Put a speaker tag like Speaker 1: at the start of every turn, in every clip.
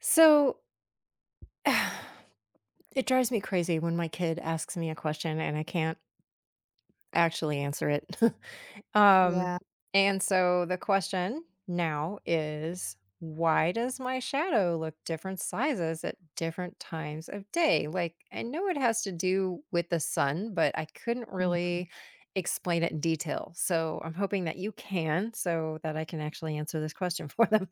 Speaker 1: So it drives me crazy when my kid asks me a question and I can't actually answer it. um,
Speaker 2: Yeah.
Speaker 1: and so the question now is, why does my shadow look different sizes at different times of day? Like, I know it has to do with the sun, but I couldn't
Speaker 2: Mhm.
Speaker 1: really explain it in detail. So I'm hoping that you can, so that I can actually answer this question for them.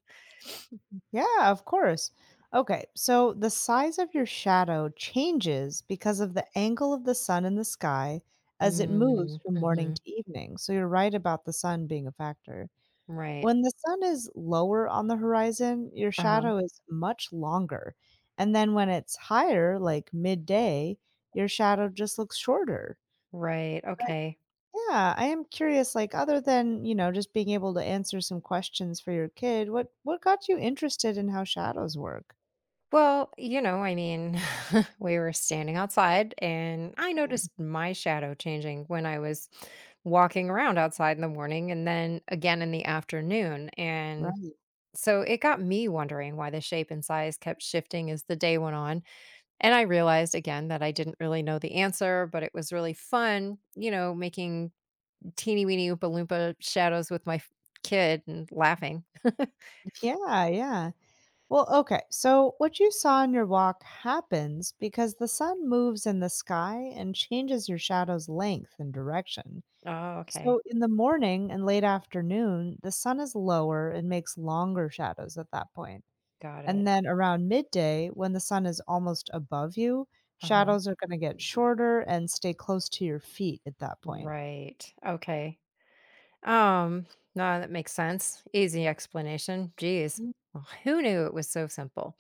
Speaker 2: Yeah, of course. Okay, so the size of your shadow changes because of the angle of the sun in the sky as it moves
Speaker 1: Mm,
Speaker 2: from morning
Speaker 1: hmm.
Speaker 2: to evening. So you're right about the sun being a factor.
Speaker 1: Right.
Speaker 2: When the sun is lower on the horizon, your
Speaker 1: Uh huh.
Speaker 2: shadow is much longer. And then when it's higher, like midday, your shadow just looks shorter.
Speaker 1: Right. Okay.
Speaker 2: Yeah, I am curious, like other than, just being able to answer some questions for your kid, what got you interested in how shadows work?
Speaker 1: Well, I mean, we were standing outside and I noticed my shadow changing when I was walking around outside in the morning and then again in the afternoon. And
Speaker 2: Right.
Speaker 1: so it got me wondering why the shape and size kept shifting as the day went on. And I realized again that I didn't really know the answer, but it was really fun, making teeny weeny Oompa Loompa shadows with my kid and laughing.
Speaker 2: Yeah, yeah. Well, okay. So what you saw in your walk happens because the sun moves in the sky and changes your shadow's length and direction.
Speaker 1: Oh, okay.
Speaker 2: So in the morning and late afternoon, the sun is lower and makes longer shadows at that point.
Speaker 1: Got it.
Speaker 2: And then around midday, when the sun is almost above you,
Speaker 1: Uh-huh.
Speaker 2: shadows are gonna get shorter and stay close to your feet at that point.
Speaker 1: Right. Okay. Um, no, that makes sense. Easy explanation. Geez.
Speaker 2: Mm.
Speaker 1: Well, who knew it was so simple?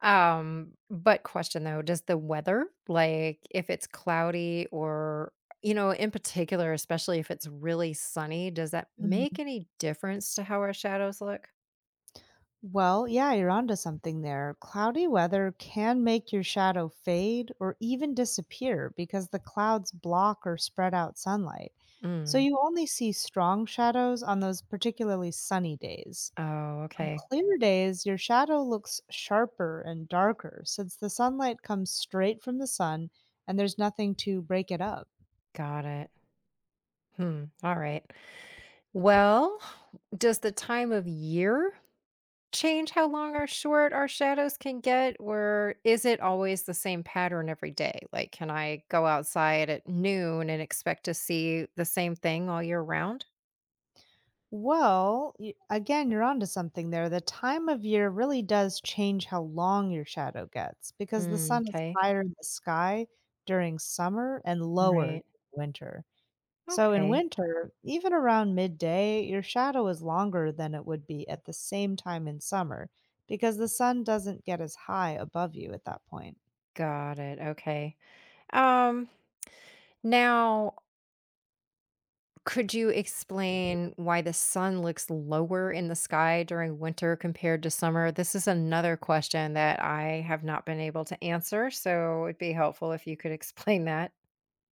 Speaker 1: But question though, does the weather, like if it's cloudy or, in particular, especially if it's really sunny, does that make
Speaker 2: Mhm.
Speaker 1: any difference to how our shadows look?
Speaker 2: Well, yeah, you're onto something there. Cloudy weather can make your shadow fade or even disappear because the clouds block or spread out sunlight. So
Speaker 1: Mm.
Speaker 2: you only see strong shadows on those particularly sunny days.
Speaker 1: Oh,
Speaker 2: On
Speaker 1: okay.
Speaker 2: clear days, your shadow looks sharper and darker since the sunlight comes straight from the sun and there's nothing to break it up.
Speaker 1: Got it. Hmm. All right. Well, does the time of year change how long or short our shadows can get, or is it always the same pattern every day? Like, can I go outside at noon and expect to see the same thing all year round?
Speaker 2: Well, y again, you're onto something there. The time of year really does change how long your shadow gets because the
Speaker 1: Mm,
Speaker 2: sun is
Speaker 1: okay.
Speaker 2: higher in the sky during summer and lower
Speaker 1: Right.
Speaker 2: during winter. So in
Speaker 1: Okay.
Speaker 2: winter, even around midday, your shadow is longer than it would be at the same time in summer because the sun doesn't get as high above you at that point.
Speaker 1: Got it. Okay. Um, Now, could you explain why the sun looks lower in the sky during winter compared to summer? This is another question that I have not been able to answer, so it'd be helpful if you could explain that.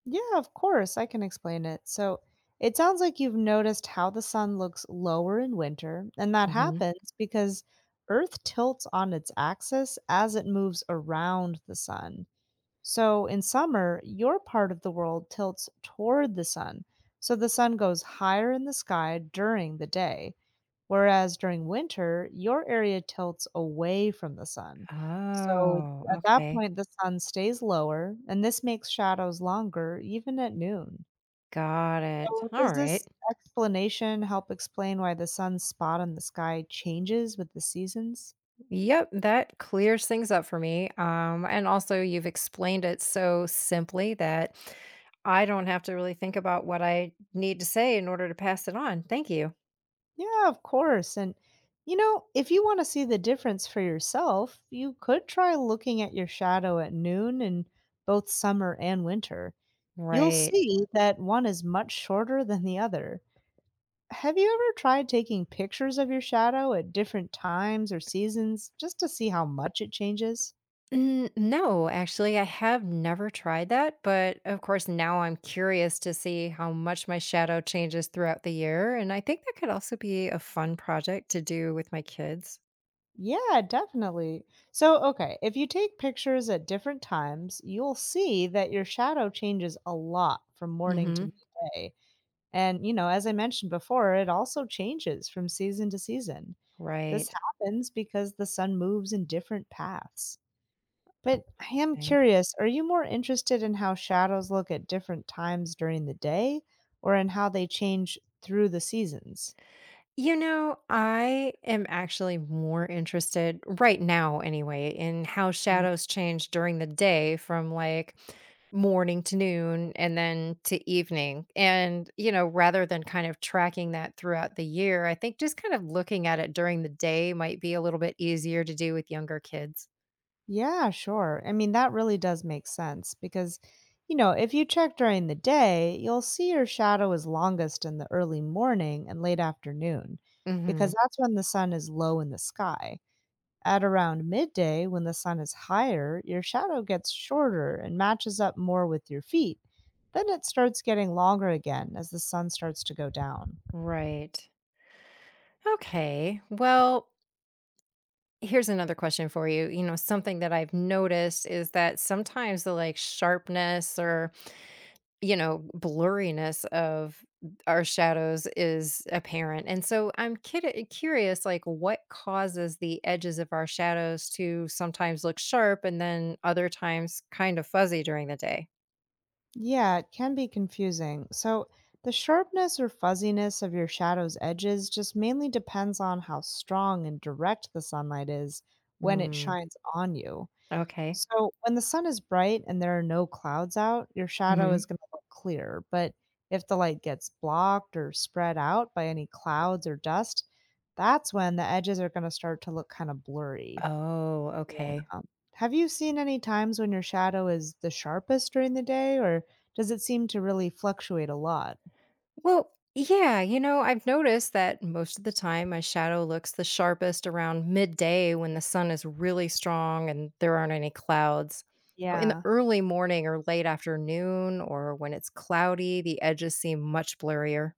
Speaker 2: Yeah, of course, I can explain it. So, it sounds like you've noticed how the sun looks lower in winter, and that happens because Earth tilts on its axis as it moves around the sun. So, in summer, your part of the world tilts toward the sun, so the sun goes higher in the sky during the day. Whereas during winter, your area tilts away from the sun. So
Speaker 1: Oh,
Speaker 2: at that
Speaker 1: okay.
Speaker 2: point, the sun stays lower, and this makes shadows longer, even at noon.
Speaker 1: Got it.
Speaker 2: So, does
Speaker 1: All right.
Speaker 2: this explanation help explain why the sun's spot on the sky changes with the seasons?
Speaker 1: Yep, that clears things up for me. And also, you've explained it so simply that I don't have to really think about what I need to say in order to pass it on. Thank you.
Speaker 2: Yeah, of course. And you know, if you want to see the difference for yourself, you could try looking at your shadow at noon in both summer and winter. You'll
Speaker 1: Right.
Speaker 2: see that one is much shorter than the other. Have you ever tried taking pictures of your shadow at different times or seasons just to see how much it changes?
Speaker 1: No, actually, I have never tried that, but of course, now I'm curious to see how much my shadow changes throughout the year. And I think that could also be a fun project to do with my kids.
Speaker 2: Yeah, definitely. So, okay, if you take pictures at different times, you'll see that your shadow changes a lot from morning to
Speaker 1: Hmm.
Speaker 2: midday. And, you know, as I mentioned before, it also changes from season to season. This
Speaker 1: Right.
Speaker 2: happens because the sun moves in different paths. But I am curious, are you more interested in how shadows look at different times during the day or in how they change through the seasons?
Speaker 1: You know, I am actually more interested right now, anyway, in how
Speaker 2: Mm.
Speaker 1: shadows change during the day, from like morning to noon and then to evening. And, rather than kind of tracking that throughout the year, I think just kind of looking at it during the day might be a little bit easier to do with younger kids.
Speaker 2: Yeah, sure. I mean, that really does make sense because, you know, if you check during the day, you'll see your shadow is longest in the early morning and late afternoon because
Speaker 1: Hmm.
Speaker 2: that's when the sun is low in the sky. At around midday, when the sun is higher, your shadow gets shorter and matches up more with your feet. Then it starts getting longer again as the sun starts to go down.
Speaker 1: Right. Okay. Well, here's another question for you. You know, something that I've noticed is that sometimes the, like, sharpness or, blurriness of our shadows is apparent. And so I'm curious, like, what causes the edges of our shadows to sometimes look sharp and then other times kind of fuzzy during the day?
Speaker 2: Yeah, it can be confusing. So, the sharpness or fuzziness of your shadow's edges just mainly depends on how strong and direct the sunlight is when it
Speaker 1: Mm,
Speaker 2: shines on you.
Speaker 1: okay.
Speaker 2: So, when the sun is bright and there are no clouds out, your shadow is
Speaker 1: Hmm.
Speaker 2: going to look clear. But if the light gets blocked or spread out by any clouds or dust, that's when the edges are going to start to look kind of blurry.
Speaker 1: Oh, okay.
Speaker 2: Um, have you seen any times when your shadow is the sharpest during the day, or does it seem to really fluctuate a lot?
Speaker 1: Well, yeah, you know, I've noticed that most of the time my shadow looks the sharpest around midday when the sun is really strong and there aren't any clouds. Oh, in the
Speaker 2: Yeah.
Speaker 1: early morning or late afternoon or when it's cloudy, the edges seem much blurrier.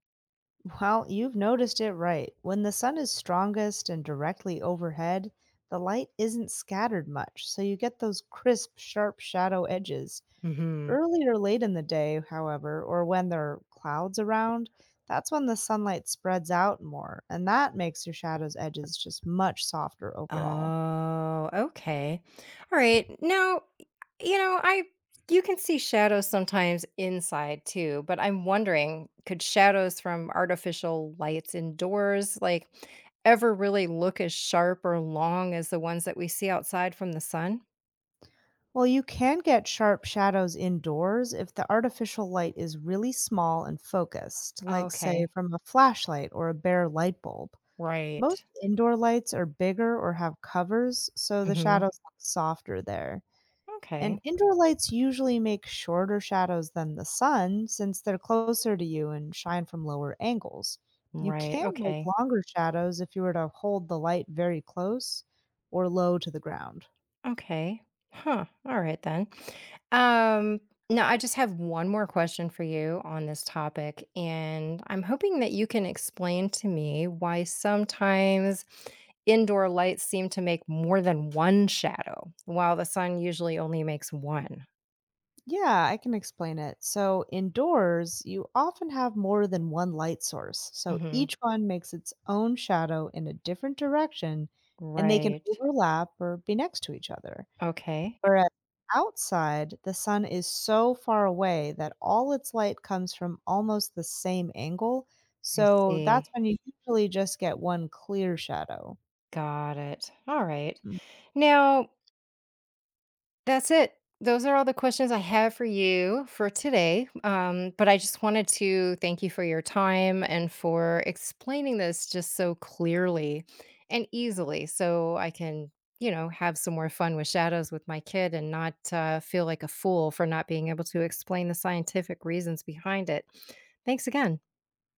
Speaker 2: Well, you've noticed it right. When the sun is strongest and directly overhead, the light isn't scattered much, so you get those crisp, sharp shadow edges.
Speaker 1: Mhm.
Speaker 2: Early or late in the day, however, or when there are clouds around, that's when the sunlight spreads out more, and that makes your shadow's edges just much softer overall.
Speaker 1: Oh, okay. All right. Now, I you can see shadows sometimes inside too, but I'm wondering, could shadows from artificial lights indoors like ever really look as sharp or long as the ones that we see outside from the sun?
Speaker 2: Well, you can get sharp shadows indoors if the artificial light is really small and focused, like, say,
Speaker 1: Okay.
Speaker 2: from a flashlight or a bare light bulb.
Speaker 1: Right.
Speaker 2: Most indoor lights are bigger or have covers, so the
Speaker 1: Mhm.
Speaker 2: shadows look softer there. And
Speaker 1: Okay.
Speaker 2: indoor lights usually make shorter shadows than the sun since they're closer to you and shine from lower angles. You
Speaker 1: Right.
Speaker 2: can make
Speaker 1: Okay.
Speaker 2: longer shadows if you were to hold the light very close or low to the ground.
Speaker 1: Okay. Huh. All right then. Um, Now, I just have one more question for you on this topic, and I'm hoping that you can explain to me why sometimes indoor lights seem to make more than one shadow, while the sun usually only makes one.
Speaker 2: Yeah, I can explain it. So, indoors, you often have more than one light source. So,
Speaker 1: Hmm.
Speaker 2: each one makes its own shadow in a different direction and they can
Speaker 1: Right.
Speaker 2: overlap or be next to each other.
Speaker 1: Okay.
Speaker 2: Whereas outside, the sun is so far away that all its light comes from almost the same angle.
Speaker 1: I
Speaker 2: So, that's
Speaker 1: see.
Speaker 2: when you usually just get one clear shadow.
Speaker 1: Got it. All right.
Speaker 2: Ừm.
Speaker 1: Now, that's it. Those are all the questions I have for you for today. But I just wanted to thank you for your time and for explaining this just so clearly and easily so I can, you know, have some more fun with shadows with my kid and not feel like a fool for not being able to explain the scientific reasons behind it. Thanks again.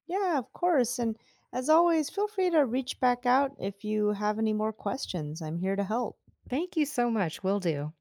Speaker 2: Yeah, of course. And as always, feel free to reach back out if you have any more questions. I'm here to help.
Speaker 1: Thank you so much. Will do.